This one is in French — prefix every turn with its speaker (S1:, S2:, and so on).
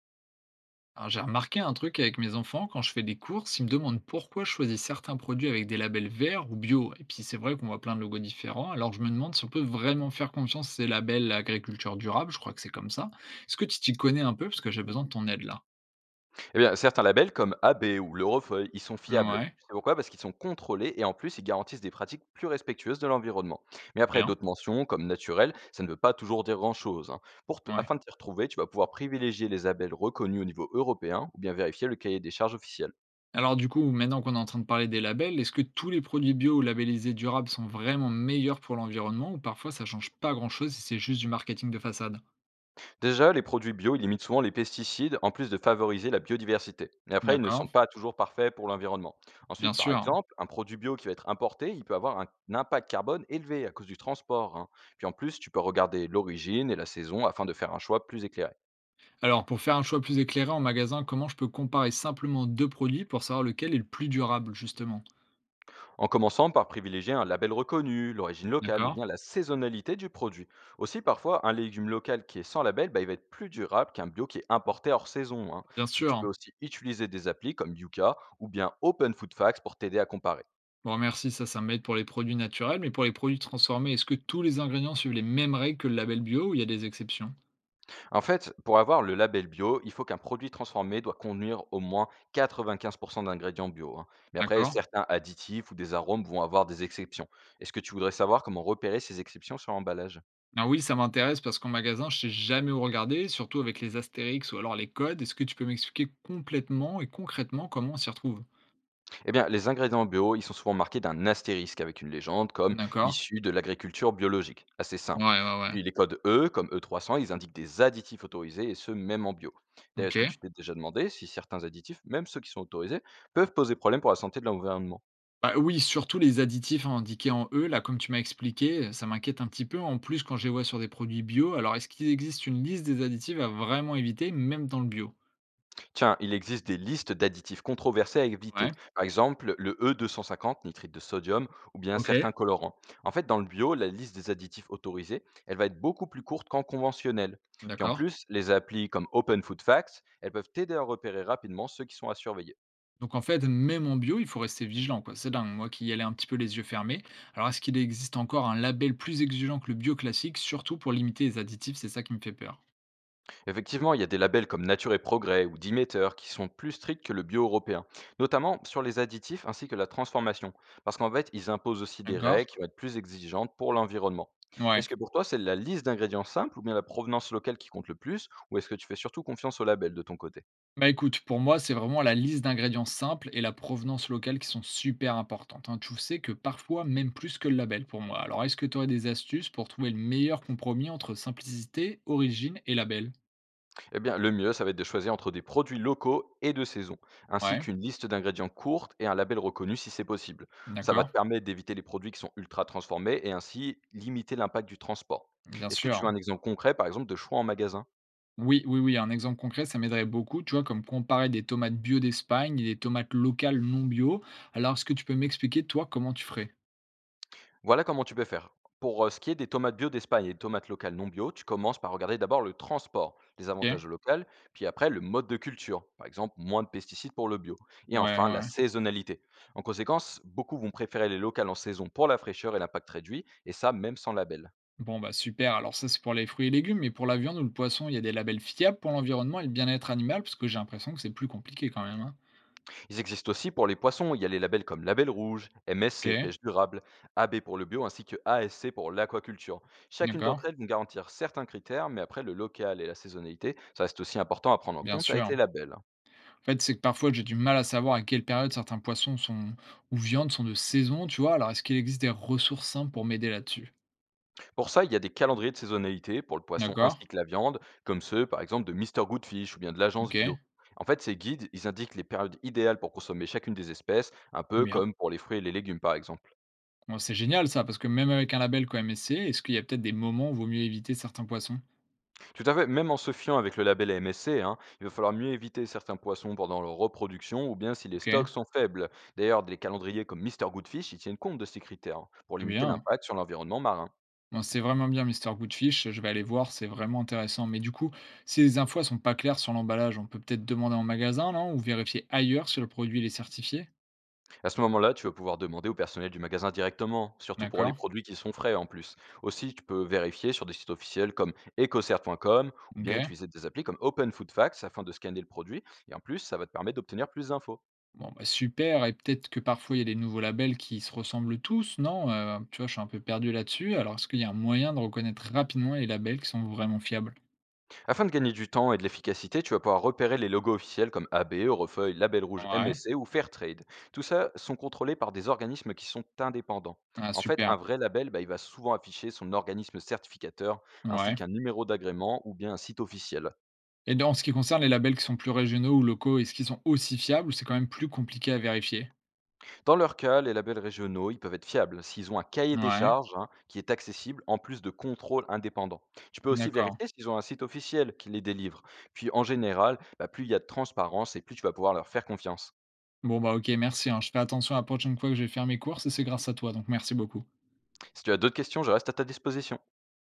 S1: Alors, j'ai remarqué un truc avec mes enfants, quand je fais des courses, ils me demandent pourquoi je choisis certains produits avec des labels verts ou bio. Et puis c'est vrai qu'on voit plein de logos différents, alors je me demande si on peut vraiment faire confiance à ces labels agriculture durable, je crois que c'est comme ça. Est-ce que tu t'y connais un peu? Parce que j'ai besoin de ton aide là.
S2: Eh bien, certains labels comme AB ou l'Eurofeuille, ils sont fiables.
S1: Ouais,
S2: Tu sais pourquoi? Parce qu'ils sont contrôlés et en plus, ils garantissent des pratiques plus respectueuses de l'environnement. Mais après,
S1: bien,
S2: d'autres mentions comme naturel, ça ne veut pas toujours dire grand-chose, hein.
S1: ouais.
S2: Afin de t'y retrouver, tu vas pouvoir privilégier les labels reconnus au niveau européen ou bien vérifier le cahier des charges officiel.
S1: Alors du coup, maintenant qu'on est en train de parler des labels, est-ce que tous les produits bio ou labellisés durables sont vraiment meilleurs pour l'environnement ou parfois ça change pas grand-chose si c'est juste du marketing de façade?
S2: Déjà, les produits bio, ils limitent souvent les pesticides en plus de favoriser la biodiversité. Et après, ils ne sont
S1: D'accord,
S2: pas toujours parfaits pour l'environnement.
S1: bien
S2: Ensuite, par
S1: sûr.
S2: exemple, un produit bio qui va être importé, il peut avoir un impact carbone élevé à cause du transport, hein. Puis en plus, tu peux regarder l'origine et la saison afin de faire un choix plus éclairé.
S1: Alors, pour faire un choix plus éclairé en magasin, comment je peux comparer simplement deux produits pour savoir lequel est le plus durable, justement?
S2: En commençant par privilégier un label reconnu, l'origine locale ou
S1: D'accord?
S2: bien la saisonnalité du produit. Aussi, parfois, un légume local qui est sans label, bah, il va être plus durable qu'un bio qui est importé hors saison, hein.
S1: Bien
S2: Puis tu
S1: sûr.
S2: peux aussi utiliser des applis comme Yuka ou bien Open Food Facts pour t'aider à comparer.
S1: Bon, merci, ça m'aide pour les produits naturels, mais pour les produits transformés, est-ce que tous les ingrédients suivent les mêmes règles que le label bio ou il y a des exceptions?
S2: En fait, pour avoir le label bio, il faut qu'un produit transformé doit contenir au moins 95% d'ingrédients bio, hein. Mais après,
S1: D'accord?
S2: certains additifs ou des arômes vont avoir des exceptions. Est-ce que tu voudrais savoir comment repérer ces exceptions sur l'emballage?
S1: Ah oui, ça m'intéresse parce qu'en magasin, je sais jamais où regarder, surtout avec les astérix ou alors les codes. Est-ce que tu peux m'expliquer complètement et concrètement comment on s'y retrouve?
S2: Eh bien, les ingrédients bio, ils sont souvent marqués d'un astérisque avec une légende comme
S1: D'accord?
S2: issu de l'agriculture biologique. Assez
S1: Ouais,
S2: simple.
S1: ouais, ouais.
S2: Puis les codes E, comme E300, ils indiquent des additifs autorisés et ce, même en bio. D'ailleurs,
S1: Ok.
S2: est-ce que tu t'es déjà demandé si certains additifs, même ceux qui sont autorisés, peuvent poser problème pour la santé de l'environnement?
S1: Bah, oui, surtout les additifs indiqués en E, là, comme tu m'as expliqué, ça m'inquiète un petit peu. En plus, quand je les vois sur des produits bio, alors est-ce qu'il existe une liste des additifs à vraiment éviter, même dans le bio?
S2: Tiens, il existe des listes d'additifs controversés à éviter.
S1: Ouais.
S2: Par exemple, le E250, nitrite de sodium, ou bien
S1: OK.
S2: certains colorants. En fait, dans le bio, la liste des additifs autorisés, elle va être beaucoup plus courte qu'en conventionnel. Puis en
S1: D'accord.
S2: plus, les applis comme Open Food Facts, elles peuvent t'aider à repérer rapidement ceux qui sont à surveiller.
S1: Donc en fait, même en bio, il faut rester vigilant, quoi. C'est dingue, moi qui y allais un petit peu les yeux fermés. Alors est-ce qu'il existe encore un label plus exigeant que le bio classique, surtout pour limiter les additifs? C'est ça qui me fait peur.
S2: Effectivement, il y a des labels comme Nature et Progrès ou Demeter qui sont plus stricts que le bio européen, notamment sur les additifs ainsi que la transformation, parce qu'en fait, ils imposent aussi des règles qui
S1: D'accord?
S2: vont être plus exigeantes pour l'environnement.
S1: Ouais.
S2: Est-ce que pour toi, c'est la liste d'ingrédients simples ou bien la provenance locale qui compte le plus, ou est-ce que tu fais surtout confiance aux labels de ton côté?
S1: Bah, écoute, pour moi, c'est vraiment la liste d'ingrédients simples et la provenance locale qui sont super importantes, hein. Tu sais que parfois, même plus que le label pour moi. Alors, est-ce que tu aurais des astuces pour trouver le meilleur compromis entre simplicité, origine et label?
S2: Eh bien, le mieux, ça va être de choisir entre des produits locaux et de saison, ainsi
S1: Ouais,
S2: qu'une liste d'ingrédients courte et un label reconnu si c'est possible. Ça va
S1: d'accord,
S2: te permettre d'éviter les produits qui sont ultra transformés et ainsi limiter l'impact du transport.
S1: bien
S2: Est-ce que tu
S1: sûr.
S2: veux un exemple concret, par exemple, de choix en magasin?
S1: Oui, oui, oui, un exemple concret, ça m'aiderait beaucoup, tu vois, comme comparer des tomates bio d'Espagne et des tomates locales non bio. Alors, est-ce que tu peux m'expliquer, toi, comment tu ferais?
S2: Voilà comment tu peux faire. Pour, ce qui est des tomates bio d'Espagne et des tomates locales non bio, tu commences par regarder d'abord le transport, les
S1: Ok,
S2: avantages locaux, puis après le mode de culture, par exemple moins de pesticides pour le bio, et
S1: ouais,
S2: enfin la
S1: ouais.
S2: saisonnalité. En conséquence, beaucoup vont préférer les locales en saison pour la fraîcheur et l'impact réduit, et ça même sans label.
S1: Bon, bah super. Alors ça, c'est pour les fruits et légumes, mais pour la viande ou le poisson, il y a des labels fiables pour l'environnement et le bien-être animal, parce que j'ai l'impression que c'est plus compliqué quand même, hein.
S2: Ils existent aussi pour les poissons, il y a les labels comme Label Rouge, MSC,
S1: Ok,
S2: Pêche Durable, AB pour le bio, ainsi que ASC pour l'aquaculture. Chacune
S1: d'accord,
S2: d'entre elles vont garantir certains critères, mais après le local et la saisonnalité, ça reste aussi important à prendre en
S1: bien
S2: compte avec
S1: sûr.
S2: les labels.
S1: En fait, c'est que parfois j'ai du mal à savoir à quelle période certains poissons sont ou viandes sont de saison, tu vois. Alors est-ce qu'il existe des ressources simples pour m'aider là-dessus?
S2: Pour ça, il y a des calendriers de saisonnalité pour le poisson
S1: D'accord,
S2: ainsi que la viande, comme ceux par exemple de Mr Goodfish ou bien de
S1: ok,
S2: l'agence bio. En fait, ces guides, ils indiquent les périodes idéales pour consommer chacune des espèces, un
S1: très
S2: peu
S1: bien.
S2: comme pour les fruits et les légumes par exemple.
S1: Bon, c'est génial ça, parce que même avec un label comme MSC, est-ce qu'il y a peut-être des moments où il vaut mieux éviter certains poissons?
S2: Tout à fait, même en se fiant avec le label MSC, hein, il va falloir mieux éviter certains poissons pendant leur reproduction ou bien si les
S1: Ok,
S2: stocks sont faibles. D'ailleurs, des calendriers comme Mr Goodfish, ils tiennent compte de ces critères, hein, pour
S1: très
S2: limiter
S1: bien.
S2: l'impact sur l'environnement marin.
S1: Non, c'est vraiment bien Mr Goodfish, je vais aller voir, c'est vraiment intéressant. Mais du coup, si les infos elles sont pas claires sur l'emballage, on peut peut-être demander en magasin, non? Ou vérifier ailleurs si le produit il est certifié?
S2: À ce moment-là, tu vas pouvoir demander au personnel du magasin directement, surtout pour les
S1: D'accord,
S2: produits qui sont frais en plus. Aussi, tu peux vérifier sur des sites officiels comme ecocert.com ou bien
S1: OK.
S2: utiliser des applis comme Open Food Facts afin de scanner le produit. Et en plus, ça va te permettre d'obtenir plus d'infos.
S1: Bon, bah, super, et peut-être que parfois il y a des nouveaux labels qui se ressemblent tous, non? Tu vois, je suis un peu perdu là-dessus. Alors est-ce qu'il y a un moyen de reconnaître rapidement les labels qui sont vraiment fiables?
S2: Afin de gagner du temps et de l'efficacité, tu vas pouvoir repérer les logos officiels comme AB, Eurofeuille, Label Rouge,
S1: Ouais.
S2: MSC ou Fairtrade. Tout ça sont contrôlés par des organismes qui sont indépendants.
S1: Ah
S2: En fait,
S1: super,
S2: un vrai label, bah, il va souvent afficher son organisme certificateur ainsi
S1: ouais.
S2: qu'un numéro d'agrément ou bien un site officiel.
S1: Et dans en ce qui concerne les labels qui sont plus régionaux ou locaux, est-ce qu'ils sont aussi fiables ou c'est quand même plus compliqué à vérifier?
S2: Dans leur cas, les labels régionaux, ils peuvent être fiables s'ils ont un cahier des
S1: Ouais,
S2: charges, hein, qui est accessible en plus de contrôles indépendants. Tu peux aussi
S1: d'accord.
S2: vérifier s'ils ont un site officiel qui les délivre. Puis en général, bah, plus il y a de transparence et plus tu vas pouvoir leur faire confiance.
S1: Bon, bah, OK, merci, hein. Je fais attention à la prochaine fois que je vais faire mes courses et c'est grâce à toi, donc merci beaucoup.
S2: Si tu as d'autres questions, je reste à ta disposition.